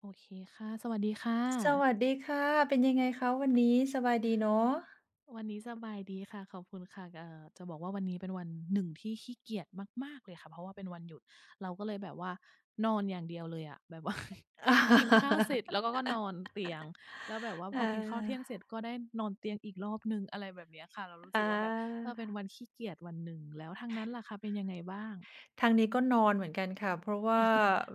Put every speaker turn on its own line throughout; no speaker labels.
โอเคค่ะสวัสดีค่ะ
สวัสดีค่ะเป็นยังไงคะวันนี้สบายดีเนาะ
วันนี้สบายดีค่ะขอบคุณค่ะจะบอกว่าวันนี้เป็นวันหนึ่งที่ขี้เกียจมากๆเลยค่ะเพราะว่าเป็นวันหยุดเราก็เลยแบบว่านอนอย่างเดียวเลยอะแบบว่า กินข้าวเสร็จแล้ วก็นอนเตียงแล้วแบบว่าพ
อ
อกินข้าวเที่ยง
า
เสร็จก็ได้นอนเตียงอีกรอบหนึ่งอะไรแบบเนี้ยค่ะเรารู้
อ
สึกว่าแบบเอ
า
อเป็นวันขี้เกียจวันหนึ่งแล้วทางนั้นล่ะคะเป็นยังไงบ้าง
ทางนี้ก็นอนเหมือนกันค่ะเพราะว่า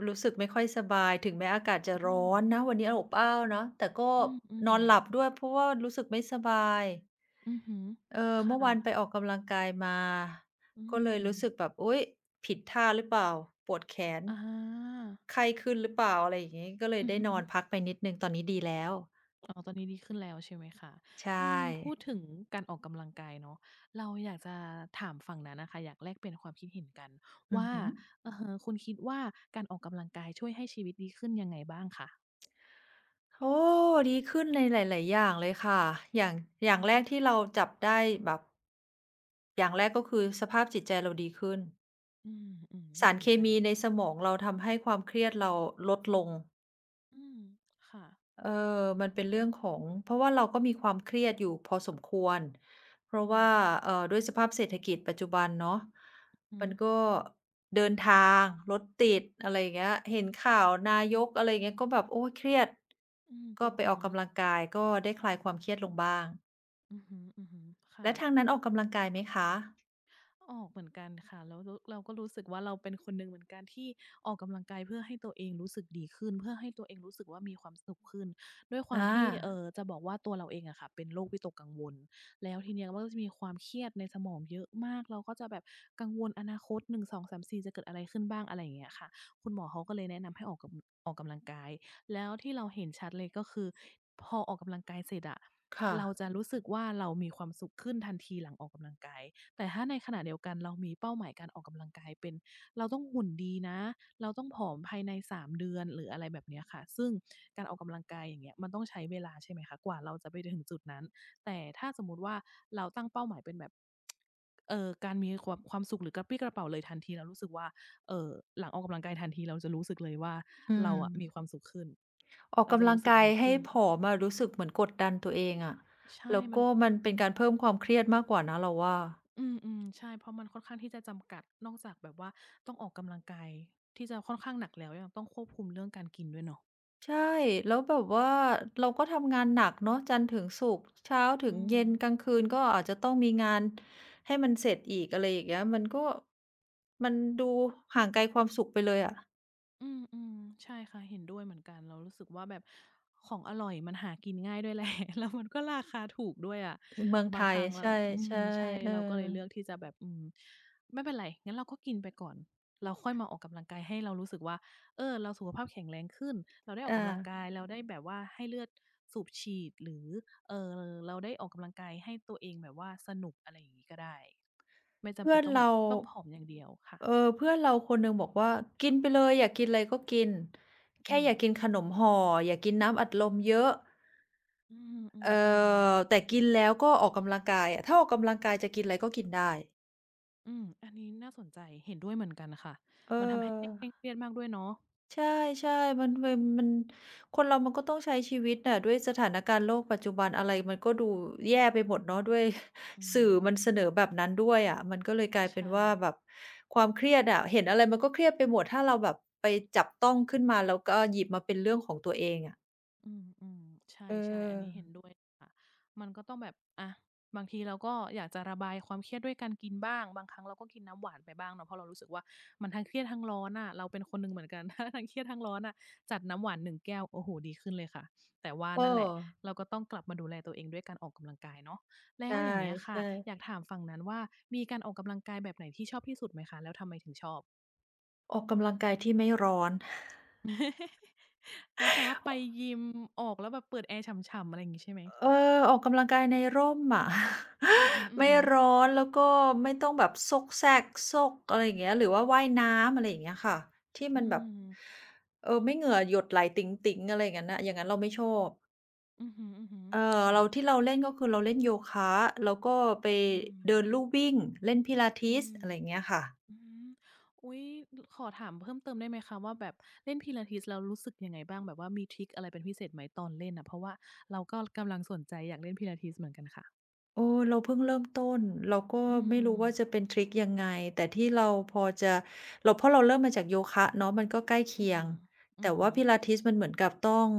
รู้สึกไม่ค่อยสบายถึงแม้อากาศจะ
อื
ร้
ม
อนนะวันนี้อบอ้าวเนาะแต่ก็
อื
น
ม
อนหลับ
ๆ
ด้วยเพราะว่ารู้สึกไม่สบาย
อือฮึ
เออ
ค่ะ
เมื่อวานไปออกกำลังกายมา
อื
ก็เลย
ม
รู้สึกแบบอุ๊ยผิดท่าหรือเปล่าปวดแขน
อะ
ไข้ขึ้นหรือเปล่าอะไรอย่างงี้ก็เลย
อือ
ได้
ฮึ
นอนพักไปนิดหนึ่งตอนนี้ดีแล้ว
อ๋อตอนนี้ดีขึ้นแล้วใช่ไหมคะอื
ใช่
มพูดถึงการออกกำลังกายเนาะเราอยากจะถามฝั่งนั้นน่ะค่ะอยากแลกเปลี่ยนความคิดเห็นกัน
อือ
ว่า
ฮึ
อือฮึคุณคิดว่าการออกกำลังกายช่วยให้ชีวิตดีขึ้นยังไงบ้างคะ
โอ้ ดีขึ้นในหลายๆ อย่างเลยค่ะอย่างอ
อื
ย่างแรก
ม
ที่เราจับได้แบบ อย่างแรกก็คือสภาพจิตใจเราดีขึ้น
อืมๆ
สา
น่า
ร
ส
เค
นใจ
มีในสมองเราทำให้ความเครียดเราลดลง
อืมค่ะ
เออมันเป็นเรื่องของ เพราะว่าเราก็มีความเครียดอยู่พอสมควร เพราะ
อื
ว่า
ม
ด้วยสภาพเศรษฐกิจปัจจุบันเนาะ
หื
มั
อ
นก็เดินทางรถติดอะไรอย่างเงี้ยเห็นข่าวนายกอะไรอย่างเงี้ยก็แบบโอ๊ยเครียด
อืมป
ก็
วด
ไปอ
หั
อ
ว
กกำลังกายก็ได้คลาย
อะ
ความเครียดลงบ้าง
อือฮึๆค่ะ
แล้วทางนั้นออกกำลังกายไหมคะ
ออกเหมือนกันค่ะแล้วเราก็รู้สึกว่าเราเป็นคนหนึ่งเหมือนกันที่ออกกำลังกายเพื่อให้ตัวเองรู้สึกดีขึ้น เพื่อให้ตัวเองรู้สึกว่ามีความสุขขึ้น ด้วยความ
อา
ที่จะบอกว่าตัวเราเองอะค่ะเป็นโรควิตกกังวลแล้วทีเนี้ยมันก็จะมีความเครียดในสมองเยอะมาก เราก็จะแบบกังวลอนาคต1 2 3่งสองสามสี่จะเกิดอะไรขึ้นบ้างอะไรอย่างเงี้ยค่ะคุณหมอเขาก็เลยแนะนำให้ออกกำลังกายแล้วที่เราเห็นชัดเลยก็คือพอออกกำลังกายเสร็จอะ
ค่ะ
เราจะรู้สึกว่าเรามีความสุขขึ้นทันทีหลังออกกำลังกาย แต่ถ้าในขณะเดียวกันเรามีเป้าหมายการออกกำลังกายเป็นเราต้องหุ่นดีนะเราต้องผอมภายใน3เดือนหรืออะไรแบบเนี้ยค่ะซึ่งการออกกำลังกายอย่างเงี้ยมันต้องใช้เวลาใช่ไหมคะกว่าเราจะไปถึงจุดนั้นแต่ถ้าสมมุติว่าเราตั้งเป้าหมายเป็นแบบการมีความสุขหรือกระปรี้กระเปร่าเลยทันทีเรารู้สึกว่าเอ่อหลังออกกำลังกายทันทีเราจะรู้สึกเลยว่า
อื
เรา
ม
สุขขึ้น
ออก
เราจะ
กำลัง
รู้สึก
กาย
ดี
ให้
ขึ้น
ผอมอะรู้สึกเหมือนกดดันตัวเองอะ
ใช่
แล้ว
มัน
ก็
อื
มัน
ออื
เป็น
ม
การเพิ่มความเครียดมากกว่านะเราว่า
อืมๆใช่เพราะมันค่อนข้างที่จะจำกัดนอกจากแบบว่าต้องออกกำลังกายที่จะค่อนข้างหนักแล้วยังต้องควบคุมเรื่องการกินด้วยเนาะ
ใช่แล้วแบบว่าเราก็ทำงานหนักเนาะจันทร์ถึงศุกร์เช้าถึง
อื
เย็
ม
นกลางคืนก็อาจจะต้องมีงานให้มันเสร็จอีกอะไรอย่างเงี้ยมันก็มันดูห่างไกลความสุขไปเลยอะ
อืมอืมใช่ค่ะเห็นด้วยเหมือนกันเรารู้สึกว่าแบบของอร่อยมันหากินง่ายด้วยแหละ แล้วมันก็ราคาถูกด้วยอะ
เมือง
บา
ไท
งค
ย
รั้งเรา
ใช่
อืมใช่
ๆเออ
เราก็เลยเลือกที่จะแบบอืมไม่เป็นไรงั้นเราก็กินไปก่อนเราค่อยมาออกกำลังกายให้เรารู้สึกว่าเออเราสุขภาพแข็งแรงขึ้นเราได้ออก
อา
กำลังกายเราได้แบบว่าให้เลือดสูบฉีดหรือเออเราได้ออกกำลังกายให้ตัวเองแบบว่าสนุกอะไรอย่างงี้ก็ได้ไม่จำ
เพื่
เป็
อ
น
น
ต้องแบ
เรา
บต้องผอมอย่างเดียวค่ะ
เออเพื่อนเราคนหนึ่งบอกว่ากินไปเลยอยากกินอะไรก็กินแค่
อืม
อย่ากินขนมห่ออย่ากินน้ำอัดลมเยอะ
อืมอืม
เอ่
อืม
อแต่กินแล้วก็ออกกำลังกายอะถ้าออกกำลังกายจะกินอะไรก็กินได้
อืม อันนี้น่าสนใจ เห็นด้วยเหมือนกันค่ะ
เออ
มันทำให้ไม่เคร่งเครียดมากด้วยเนาะ
ใช่ๆมันเป็นมันคนเรามันก็ต้องใช้ชีวิตน่ะด้วยสถานการณ์โลกปัจจุบันอะไรมันก็ดูแย่ไปหมดเนาะด้วย
อื
สื่
ม
อมันเสนอแบบนั้นด้วยอะมันก็เลยกลายเป็น
ใช่
ว่าแบบความเครียดอะเห็นอะไรมันก็เครียดไปหมดถ้าเราแบบไปจับต้องขึ้นมาแล้วก็หยิบมาเป็นเรื่องของตัวเองอะ
อืมอืม
เออ
ใช่ๆอันนี้เห็นด้วยค่ะมันก็ต้องแบบอะบางทีเราก็อยากจะระบายความเครียดด้วยการกินบ้างบางครั้งเราก็กินน้ำหวานไปบ้างเนาะเพราะเรารู้สึกว่ามันทั้งเครียดทั้งร้อนอ่ะเราเป็นคนหนึ่งเหมือนกัน ถ้าทั้งเครียดทั้งร้อนอ่ะจัดน้ำหวานหนึ่งแก้วโอ้โหดีขึ้นเลยค่ะแต่ว่า
เออ
นั่นแหละเราก็ต้องกลับมาดูแลตัวเองด้วยการออกกำลังกายเนาะ
ใ
แล้วอย่างเงี้ยค่ะ
ช่
อยาก
ๆ
ถามฝั่งนั้นว่ามีการออกกำลังกายแบบไหนที่ชอบที่สุดไหมคะแล้วทำไมถึงชอบ
ออกกำลังกายที่ไม่ร้อน
กัร แปลว่าไปยิมออกแล้วแบบเปิดแอร์ฉ่ำๆอะไรอย่างงี้ใช่ไหม
เออออกกำลังกายในร่มอะ
อือฮึอือ
ไม่
ฮึ
ร้อนแล้วก็ไม่ต้องแบบซกแซกซกอะไรอย่างเงี้ยหรือว่าว่ายน้ำอะไรอย่างเงี้ยค่ะที่มั
อื
นแบบ
ม
เออไม่เหงื่อหยดไหลติ๊งๆอะไรอย่างงั้นนะอย่างนั้นเราไม่ชอบ
อือฮึอือฮึ
เออ
ค่ะ
เราที่เราเล่นก็คือเราเล่นโยคะแล้วก็ไป
อืม
เดินลู่วิ่งเล่นพิลาทิ
อื
ส
ม
อะไรอย่างเงี้ยค่ะ
อือฮึอุ๊ยลขอถามเพิ่มเติมได้ไหมคะว่าแบบเล่นพิลาทิสแล้วรู้สึกยังไงบ้างแบบว่ามีทริกอะไรเป็นพิเศษไหมตอนเล่นอะเพราะว่าเราก็กำลังสนใจอยากเล่นพิลาทิสเหมือนกันค่ะ
โอ้เราเพิ่งเริ่มต้นเราก็
อื
ไม่รู้
ม
ว่าจะเป็นทริกยังไงแต่ที่เราพอจะเราเพราะเราเริ่มมาจากโยคะเนาะมันก็ใกล้
ๆอื
เคียง
มอื
แต่
อฮึ
ว่าพิลาทิสมันเหมือนกับต้อง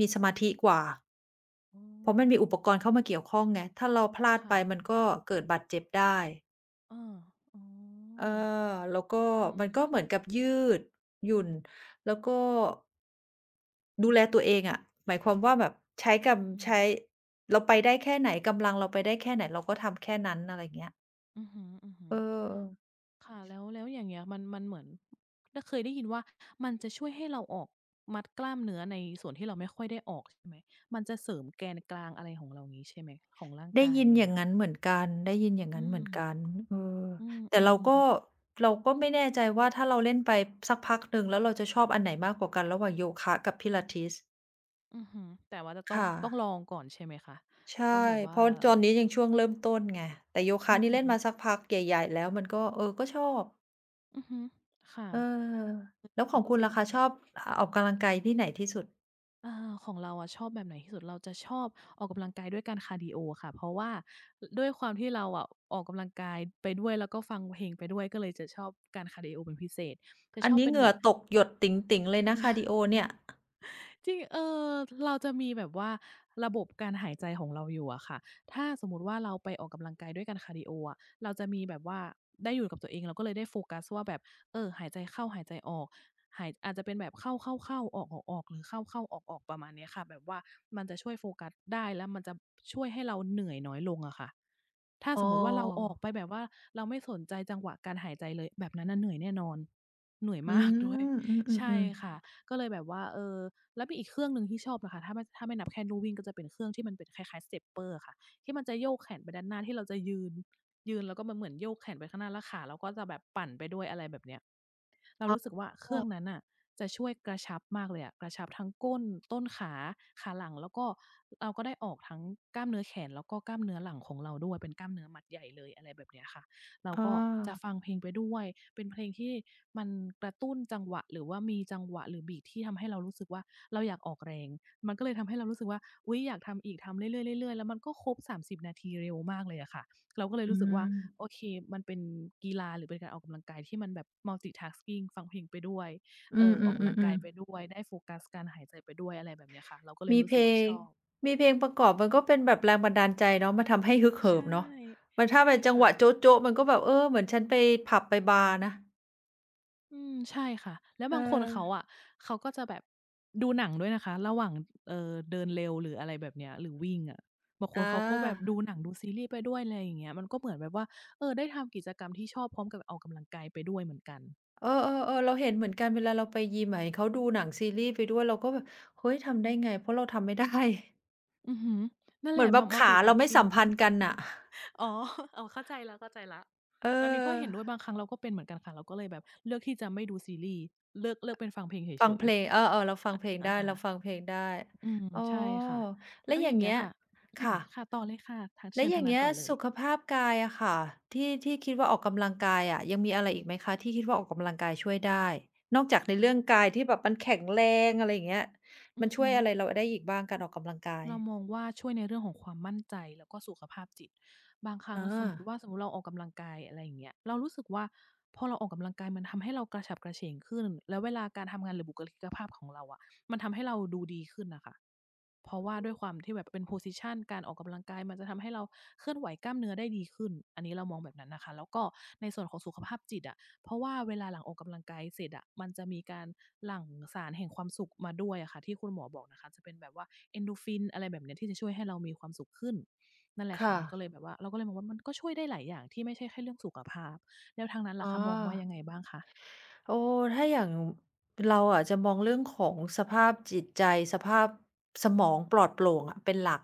มีสมาธิกว่า
อ๋
เพราะมันมีอุ
อ
ปกรณ์เข้ามาเกี่ยวข้องไงถ้าเราพลาดไป
ค่ะ
มันก็เกิดบาดเจ็บได้
เอออ๋อ
เออแล้วก็
อืม
มันก็เหมือนกับยืดหยุ่นแล้วก็ดูแลตัวเองอะหมายความว่าแบบใช้
อื
กำ
ม
ใช้เราไปได้แค่ไหนกำลังเราไปได้แค่ไหนเราก็ทำแค่นั้นอะไรอย่างเงี้ย
อือฮึอือฮึ
เออ
ค่ะแล้ว อย่างเงี้ยมันเหมือนได้เคยได้ยินว่ามันจะช่วยให้เราออก มัดกล้ามเนื้อใน ส่วนที่เราไม่ค่อยได้ออกใช่ไหม มันจะเสริมแกนกลางอะไรของเรางี้ใช่ไหมของร่าง
ได้
กาย
ยิ
อะ
น
ไรอ
อ
ย่าง
ย่า
เงี้
ง
ยค่ะ
นั้นเหมือนกันได้ยินอย่าง
อื
นั้นเห
ม
มือนกันเออ
อื
แต่เรา
ม
ก็
ๆ
เราก็ไม่แน่ใจว่าถ้าเราเล่นไปสักพักหนึ่งแล้วเราจะชอบอันไหนมากกว่ากันระหว่างโยคะกับ Pilates
อือฮึแต่ว่าจะต้อง
ค่ะ
ต้องลองก่อนใช่ไหมคะ
ใช่
ต้องแบบ
เพ
ว่า
ราะตอนนี้ยังช่วงเริ่มต้นไงแต่โยคะ
อือ
นี่
ฮึ
เล่นมาสักพักใหญ่ๆแล้วมันก็เออก็ชอบ
อือฮึค่ะ
เออแล้วของ
รู้
คุณ
สึก
ล่ะคะชอบอออกกำลังกายที่ไหนที่สุด
อาของเราอะชอบแบบไหนที่สุด เราจะชอบออกกำลังกายด้วยการคาร์ดีโอค่ะ เพราะว่าด้วยความที่เราอะออกกำลังกายไปด้วยแล้วก็ฟังเพลงไปด้วยก็เลยจะชอบการคาร์ดีโอเป็นพิเศษ จะ
อั
ช
น
อบ
นี้
เป็
เห
นแบ
งื่อ
บ
ตกหยดติ๋งๆเลยนะคาร์ดีโอเนี่ย
จริงเออเราจะมีแบบว่าระบบการหายใจของเราอยู่อะค่ะ ถ้าสมมุติว่าเราไปออกกำลังกายด้วยการคาร์ดีโออะเราจะมีแบบว่าได้อยู่กับตัวเองเราก็เลยได้โฟกัสว่าแบบหายใจเข้าหายใจออกหายอาจจะเป็นแบบเข้าๆๆออกๆๆหรือเข้าๆออกๆประมาณเนี้ยค่ะแบบว่ามันจะช่วยโฟกัสได้แล้วมันจะช่วยให้เราเหนื่อยน้อยลงอะค่ะถ้า
อ๋อ
สมมุติว่าเราออกไปแบบว่าเราไม่สนใจจังหวะการหายใจเลยแบบนั้นน่ะเหนื่อยแน่นอนเหนื่อย
อื
มากด้วย
ม อื
ใช่
อๆๆ
ค่ะก็เลยแบบว่าเออ แล้วมีอีกเครื่องหนึ่งที่ชอบนะคะ ถ้าไม่นับแค่ลู่วิ่งก็จะเป็นเครื่องที่มันเป็นคล้ายๆ stepper อะค่ะที่มันจะโยกแขนไปด้านหน้าที่เราจะยืนแล้วก็มันเหมือนโยกแขนไปข้างหน้าแล้วขาเราก็จะแบบปั่นไปด้วยอะไรแบบเนี้ยเรา
อ๋
รู้สึก
อ
ว่าเครื่องนั้นน่ะจะช่วยกระชับมากเลยอะกระชับทั้งก้นต้นขาขาหลังแล้วก็เราก็ได้ออกทั้งกล้ามเนื้อแขนแล้วก็กล้ามเนื้อหลังของเราด้วยเป็นกล้ามเนื้อมัดใหญ่เลยอะไรแบบเนี้ยค่ะ เรา
อา
ก็จะฟังเพลงไปด้วย เป็นเพลงที่มันกระตุ้นจังหวะหรือว่ามีจังหวะหรือบี a ที่ทำให้เรารู้สึกว่าเราอยากออกแรง มันก็เลยทำให้เรารู้สึกว่าอุ๊ยอยากทำอีกทำเรื่อยๆๆๆแล้วมันก็ครบ30นาทีเร็วมากเลยอะค่ะเราก็เลย
อื
รู้สึกว่าโอ
ม
เคมันเป็นกีฬาหรือเป็นการออกกำลังกายที่มันแบบ multitasking ฟังเพลงไปด้วย
อืมอื
ออกกำลังกา
ม
ย
ๆ
ไป
ๆๆ
ด้วยได้โฟกัสการหายใจไปด้วยอะไรแบบเนี้ยค่ะเราก็เลย
มี
รู้
เพ
สึ
ล
กว่า
ง
ชอบ
มีเพลงประกอบมันก็เป็นแบบแรงบันดาลใจเนาะมันทำให้ฮึกเหิม
ใช่
เนาะมันถ้า
ใช่
เป็นจังห
ค่ะ
วะโจ๊ะๆมันก็แบบเออเหมือนฉันไปผับไปบาร์นะ
อืมใช่ค่ะแล้ว
เ
บางคนเขา
ออ
อะเขาก็จะแบบดูหนังด้วยนะคะระหว่างเดินเร็วหรืออะไรแบบเนี้ยหรือวิ่งอะบางคน
อา
เขาก็แบบดูหนังดูซีรีส์ไปด้วยอะไรอย่างเงี้ยมันก็เหมือนแบบว่าเออได้ทำกิจกรรมที่ชอบพร้อมกับออกกำลังกายไปด้วยเหมือนกัน
เออๆๆเราเห็นเหมือนกันเวลาเราไปยิมอะเห็นเขาดูหนังซีรีส์ไปด้วยเราก็แบบเฮ้ยทำได้ไงเพราะเราทำไม่ได้
อือฮึนั่ น
เห
แห
มื
ละ
อนแบ
มั
บขาเราไม่สั
multitasking
ม พันธ์กันน่ะ
อ๋ออ๋อเข้าใจแล้วเข้าใจแล้ว
เ
อันนี้ก็เห็น
ออ
ด้วยบางครั้งเราก็เป็นเหมือนกันค่ะเราก็เลยแบบเลือกที่จะไม่ดูซีรีส์เลือกเป็นฟังเพลง
ฟั
เฉ
ง
ย
เพล
ๆ
งเออๆเราฟังเพลงได้เรา
อา
ฟังเพลงได้
อืม
อ๋อ
ใช่ค่ะ
แล้
แล้
ว
ว
อ
อย่า
ย่า
ง
ง
เงี้ย
เงี้ย
ค่ะอืม
ค่ะ
ค่ะต่อเลยค่ะทาง
แล้
เชิ
ว
ญ
อ
ทา
ย่า
ง
ง
นั้น
เงี้ย
ก่อนเลย
สุขภาพกายอะค่ะที่ที่คิดว่าออกกำลังกายอะยังมีอะไรอีกไหมคะที่คิดว่าออกกำลังกายช่วยได้นอกจากในเรื่องกายที่แบบมันแข็งแรงอะไรอย่างเงี้ย
อื
มัน
อ
ช่ว
ฮึ
ยอะไรเราได้อีกบ้างการออกกำลังกาย
เรามองว่าช่วยในเรื่องของความมั่นใจแล้วก็สุขภาพจิตบางครั้
อ
งสมมุติ
า
ว่าสมมุติเราออกกำลังกายอะไรอย่างเงี้ยเรารู้สึกว่าพอเราออกกำลังกายมันทำให้เรากระฉับกระเฉงขึ้นแล้วเวลาการทำงานหรือบุคลิกภาพของเราอะ มันทำให้เราดูดีขึ้นน่ะค่ะเพราะว่าด้วยความที่แบบเป็น position การออกกำลังกายมันจะทำให้เราเคลื่อนไหวกล้ามเนื้อได้ดีขึ้น อันนี้เรามองแบบนั้นนะคะ แล้วก็ในส่วนของสุขภาพจิตอะเพราะว่าเวลาหลังออกกำลังกายเสร็จอะมันจะมีการหลั่งสารแห่งความสุขมาด้วยอะค่ะที่คุณหมอบอกนะคะ จะเป็นแบบว่า Endorphin อะไรแบบเนี้ยที่จะช่วยให้เรามีความสุขขึ้นนั่นแหละค่ะ
ค่ะ
มันก็เลยแบบว่าเราก็เลยมองว่ามันก็ช่วยได้หลายอย่างที่ไม่ใช่แค่เรื่องสุขภาพแล้วทางนั้น
อ๋
ล่ะ
อ
คะมองว่ายังไงบ้างคะ
โอ้ถ้าอย่างเราอะจะมองเรื่องของสภาพจิตใจสภาพสมองปลอดโปร่งอะเป็นหลัก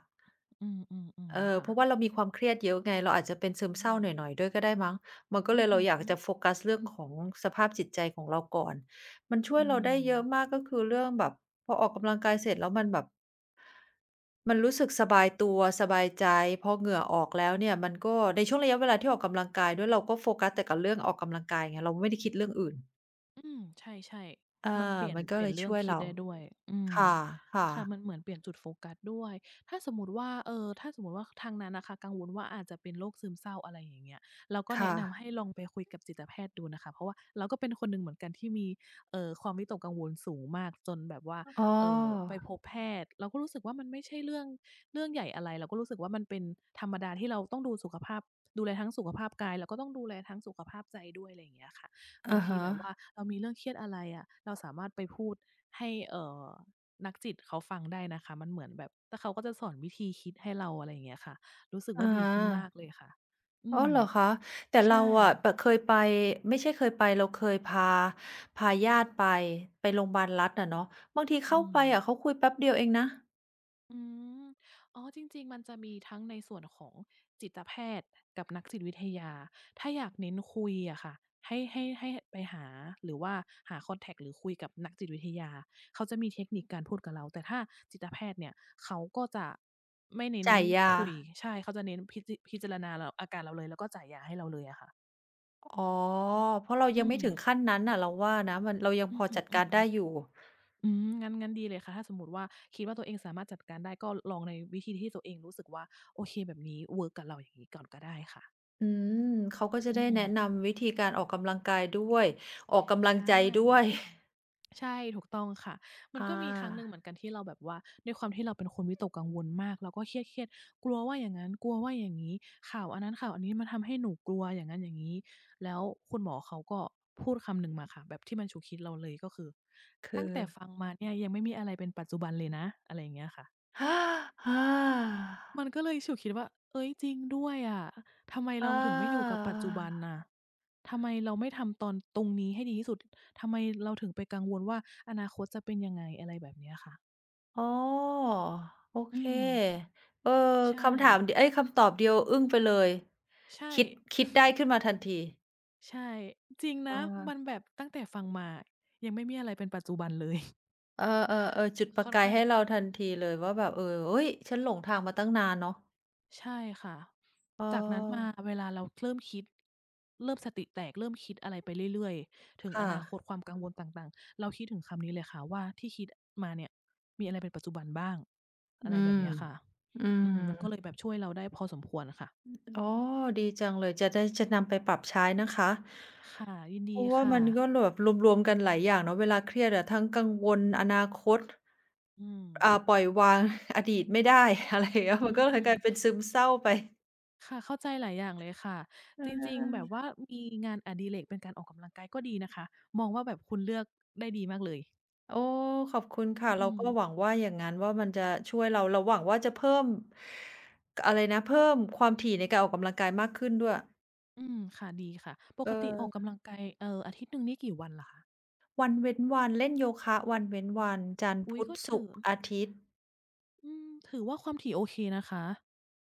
อืม
เออ
ๆๆค่ะ
เพราะว่าเรามีความเครียดเยอะไงเราอาจจะเป็นซึม
อื
เศร้าห
ม
น่อยๆด้วยก็ได้มั้งมันก็
อื
เล
อ
ย
ฮึ
เราอยากจะโฟกัสเรื่องของสภาพจิตใจของเราก่อนมันช่วย
อื
เราได้เยอะ
ม
มากก็คือเรื่องแบบพอออกกำลังกายเสร็จแล้วมันแบบมันรู้สึกสบายตัวสบายใจพอเหงื่อออกแล้วเนี่ยมันก็ในช่วงระยะเวลาที่ออกกำลังกายด้วยเราก็โฟกัสแต่กับเรื่องออกกำลังกายไงเราไม่ได้คิดเรื่องอื่น
อืมใช่
อา
ๆมันเปลี่ยน
มันก็
เปลี่
เล
ยน
ย
เรื่อง
ช่วย
คิด
เรา
ได้ด้วยอื
ค
ม
่ะ
ค่ะมันเหมือนเปลี่ยนจุดโฟกัสด้วยถ้าสมมุติว่าถ้าสมมุติว่าทางนั้นน่ะค่ะกังวลว่าอาจจะเป็นโรคซึมเศร้าอะไรอย่างเงี้ยเราก็
ๆ
แนะ
ค่ะ
นำให้ลองไปคุยกับจิตแพทย์ดูนะคะเพราะว่าเราก็เป็นคนหนึ่งเหมือนกันที่มีความวิตกกังวลสูงมากจนแบบว่า
อ๋อ
เอ่อไปพบแพทย์เราก็รู้สึกว่ามันไม่ใช่เรื่องใหญ่อะไรเราก็รู้สึกว่ามันเป็นธรรมดาที่เราต้องดูสุขภาพดูแลทั้งสุขภาพกายแล้วก็ต้องดูแลทั้งสุขภาพใจด้วยอะไรอย่างเงี้ยค่ะ บาง
อะ
ที
ฮะ
แบบว่าเรามีเรื่องเครียดอะไรอะเราสามารถไปพูดให้นักจิตเขาฟังได้นะคะมันเหมือนแบบแล้วเขาก็จะสอนวิธีคิดให้เราอะไรอย่างเงี้ยค่ะรู้สึกว่า
อา
ดีขึ้นมากเลยค่ะอื
อ๋อ
ม
เหรอคะแต่เรา
ใช่
อะแบบเคยไปไม่ใช่เคยไปเราเคยพาพาญาติไปไปโรงพยาบาลรัฐอะเนาะบางทีเข้า
อื
ไป
ม
อะเขาคุยแป๊บเดียวเองนะ
อืมอ๋อจริงๆมันจะมีทั้งในส่วนของจิตแพทย์กับนักจิตวิทยา ถ้าอยากเน้นคุยอะค่ะให้ไปหาหรือว่าหาคอนแท็กต์หรือคุยกับนักจิตวิทยาเขาจะมีเทคนิคการพูดกับเรา แต่ถ้าจิตแพทย์เนี่ยเขาก็จะไม่เน้น
จ่ายยา
คุย ใช่ เขาจะเน้นพิจารณาเราอาการเราเลยแล้วก็จ่ายยาให้เราเลยอะค่ะ
อ๋อเพราะเรา
อื
ยังไม่
ม
ถึงขั้นนั้นน่ะเราว่านะมันเรายัง
อื
พ
อ
อ
ฮึ
จัดการได้อ
ๆ
ยู่
อืมงั้นงั้นดีเลยค่ะถ้าสมมุติว่าคิดว่าตัวเองสามารถจัดการได้ก็ลองในวิธีที่ตัวเองรู้สึกว่าโอเคแบบนี้เวิร์กกับเราอย่างงี้ก่อนก็ได้ค่ะ
อืมเขาก็จะ
อื
ได้แนะ
ม
นำวิธีการออกกำลังกายด้วยออกกำลั
ใช
งใจ
่
ด้วย
ใช่ถูกต้องค่ะมัน
อา
ก็มีครั้งหนึ่งเหมือนกันที่เราแบบว่าด้วยความที่เราเป็นคนวิตกกังวลมากเราก็เครียดๆกลัวว่าอย่างงั้นกลัวว่าอย่างงี้ข่าวอันนั้นข่าวอันนี้มันทำให้หนูกลัวอย่างงั้นอย่างงี้แล้วคุณหมอเขาก็พูดคำหนึ่งมาค่ะแบบที่มันฉุกคิดเราเลยก็คือ
คื
ตั้ง
อ
แต่ฟังมาเนี่ยยังไม่มีอะไรเป็นปัจจุบันเลยนะอะไรอย่างเงี้ยค่ะ
อา
มันก็เลยฉุกคิดว่าเอ้ยจริงด้วยอะทำไมเรา
อา
ถึงไม่อยู่กับปัจจุบันน่ะทำไมเราไม่ทำตอนตรงนี้ให้ดีที่สุดทำไมเราถึงไปกังวลว่าอนาคตจะเป็นยังไงอะไรแบบเนี้ยค่ะ
อ๋อโอเค
อืม
เออ
ใช่
คำถามดเอ๊ยคำตอบเดียวอึ้งไปเลย
ใช่
คิดคิดได้ขึ้นมาทันที
ใช่จริง
เอ
นะ
อ
มันแบบตั้งแต่ฟังมายังไม่มีอะไรเป็นปัจจุบันเลย
เออๆๆจุดป ระ
ค่อน
กาย
ข้าง
ให้เราทันทีเลยว่าแบบเออเฮ้ยฉันหลงทางมาตั้งนานเนาะ
ใช่ค่ะ
เออ
จากนั้นมาเวลาเราเริ่มคิดเริ่มสติแตกเริ่มคิดอะไรไปเรื่อยๆถึงอ
ค่ะ
นาคตความกังวลต่างๆเราคิดถึงคำนี้เลยค่ะว่าที่คิดมาเนี่ยมีอะไรเป็นปัจจุบันบ้าง
อื
อะไรแบ
ม
บเนี้ยค่ะ
อื
อืมมันก็
ม
เลยแบบช่วยเราได้พอสมควรค่ะ
อ๋อดีจังเลยจะได้จะนำไปปรับใช้นะคะ
ค่ะยิน
เพ
ดี
ราะว่า
ค่ะ
มันก็แบบรวมๆกันหลายอย่างเนาะเวลาเครียดอะทั้งกังวลอนาคต
อืม
อ่าปล่อยวาง อดีตไม่ได้ อะไรอย่างเงี้ย
อื
มันก็เลยกลายเป็น
ม
ซึมเศร้าไป
ๆค่ะเข้าใจหลายอย่างเลยค่ะ
เอ
จริงๆแบ
อ
บว่ามีงานอดิเรกเป็นการออกกำลังกายก็ดีนะคะมองว่าแบบคุณเลือกได้ดีมากเลย
โอ้ขอบคุณค่ะเรา
อืม
ก็หวังว่าอย่างงั้นว่ามันจะช่วยเราเราหวังว่าจะเพิ่มกอะไรนะเพิ่มความถี่ในการออกกำลังกายมากขึ้นด้วย
อืมค่ะดีค่ะป
เอ
กติออกกำ
อ
ลังกายอาทิตย์หนึ่งนี่กี่วันเหรอคะ
วันเว้นวันเล่นโยคะวันเว้นวันจันทร์
อุ๊ย
พุธ
ก็
ศุ
ถื
ก
อ
ร์อาทิตย์
อืมถือว่าความถี่โอเคนะคะ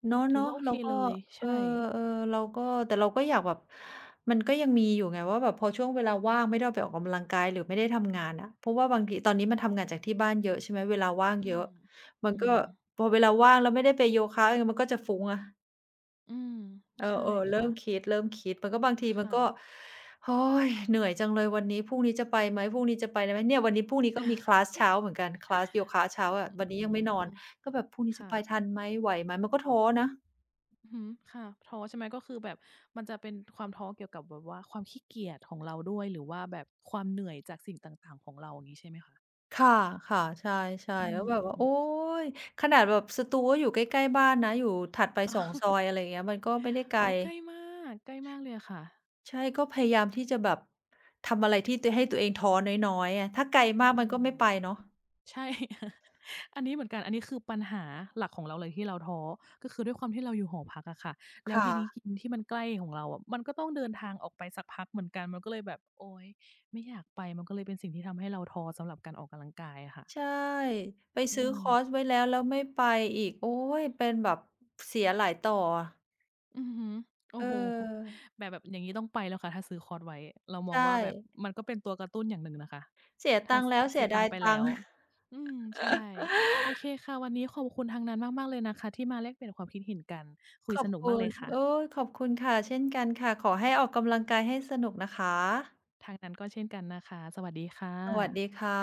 เนาะ
ถือว่าโอ
ๆ
เค
เราก็
เลย
เออ
ใช่
ๆเราก็แต่เราก็อยากแบบมันก็ยังมีอยู่ไงว่าแบบพอช่วงเวลาว่างไม่ได้ออกไปออกกำลังกายหรือไม่ได้ทำงานอะเพราะว่าบางทีตอนนี้มันทำงานจากที่บ้านเยอะใช่ไหมเวลาว่าง
อื
เยอะ
ม
มัน
อื
ก็
ม
พอเวลาว่างแล้วไม่ได้ไปโยคะเออมันก็จะฟุ้งอะ
อืม
เอ
ใช่
อๆเริ่
ค่ะ
มคิดเริ่มคิดมันก็บางทีมัน
ค่ะ
ก็โอ๊ยเหนื่อยจังเลยวันนี้พรุ่งนี้จะไปไหมพรุ่งนี้จะไปไหมเนี่ยวันนี้พรุ่งนี้ก็มีคลาสเช้าเหมือนกันคลาสโยคะเช้าอะวัน
อื
นี้ยังไม่นอน
ม
ก็แบบพรุ่งนี้จะ
ค่ะ
ไปทันไหมไหวไหมมันก็ท้อนะ
อือฮึค่ะท้อใช่ไหมก็คือแบบมันจะเป็นความท้อเกี่ยวกับแบบว่าความขี้เกียจของเราด้วยหรือว่าแบบความเหนื่อยจากสิ่งต่างๆของเราอย่างงี้ใช่ไหมคะ
ค่ะ ค่ะ ใช่
อื
ๆแล้วแบบ
ม
ว่าโอ๊
ๆ
ยขนาดแบบสตูก็อยู่ใกล้ๆบ้านนะอยู่ถัดไปสองซอยอะไรอย่างเงี้ยมันก็ไม่ได้ไกล
โอ๊ยใกล้มากเลยอะค่ะ
ใช่ก็พยายามที่จะแบบทำอะไรที่ตให้ตัวเองท้อน้อยๆอะถ้าไกลมาก
อื
มันก็ไม่ไป
ม
เนาะ
ใช่ อันนี้เหมือนกันอันนี้คือปัญหาหลักของเราเลยที่เราท้อก็คือด้วยความที่เราอยู่หอพักอะค่ะแล้ว
ค่ะ
ทีนี้กินที่มันใกล้ของเราอะมันก็ต้องเดินทางออกไปสักพักเหมือนกันมันก็เลยแบบโอ๊ยไม่อยากไปมันก็เลยเป็นสิ่งที่ทำให้เราท้อสำหรับการออกกำลังกายอะค่ะ
ใช่ไป
อื
ซื้อคอร์ส
ม
ไว้แล้วแล้วไม่ไปอีกโอ๊ยเป็นแบบเสียหลายต่ออะ
อือฮึ
เอ
โอ้
อ
โฮแบบแบบอย่างงี้ต้องไปแล้วค่ะถ้าซื้อคอร์สไว้เรามอง
ใช่
ว่าแบบมันก็เป็นตัวกระตุ้นอย่างหนึ่งนะคะ
เสีย
ถ้า
ตังค์แล้วเสี
เสี
ย
ยตั
ดา
ง
ย
ค์ไป
ตั
แล้
ง
ว
ค์
อืมใช่โอเคค่ะวันนี้ขอบคุณทางนั้นมากๆเลยนะคะที่มาแลกเปลี่ยนความคิดเห็นกันคุ
ข
ย
อ
ส
บ
นุก
คุ
มากเล
ณ
ยค่ะ
โอ๊ยขอบคุณค่ะเช่นกันค่ะขอให้ออกกำลังกายให้สนุกนะคะ
ทางนั้นก็เช่นกันนะคะสวัสดีค่ะ
สวัสดีค่ะ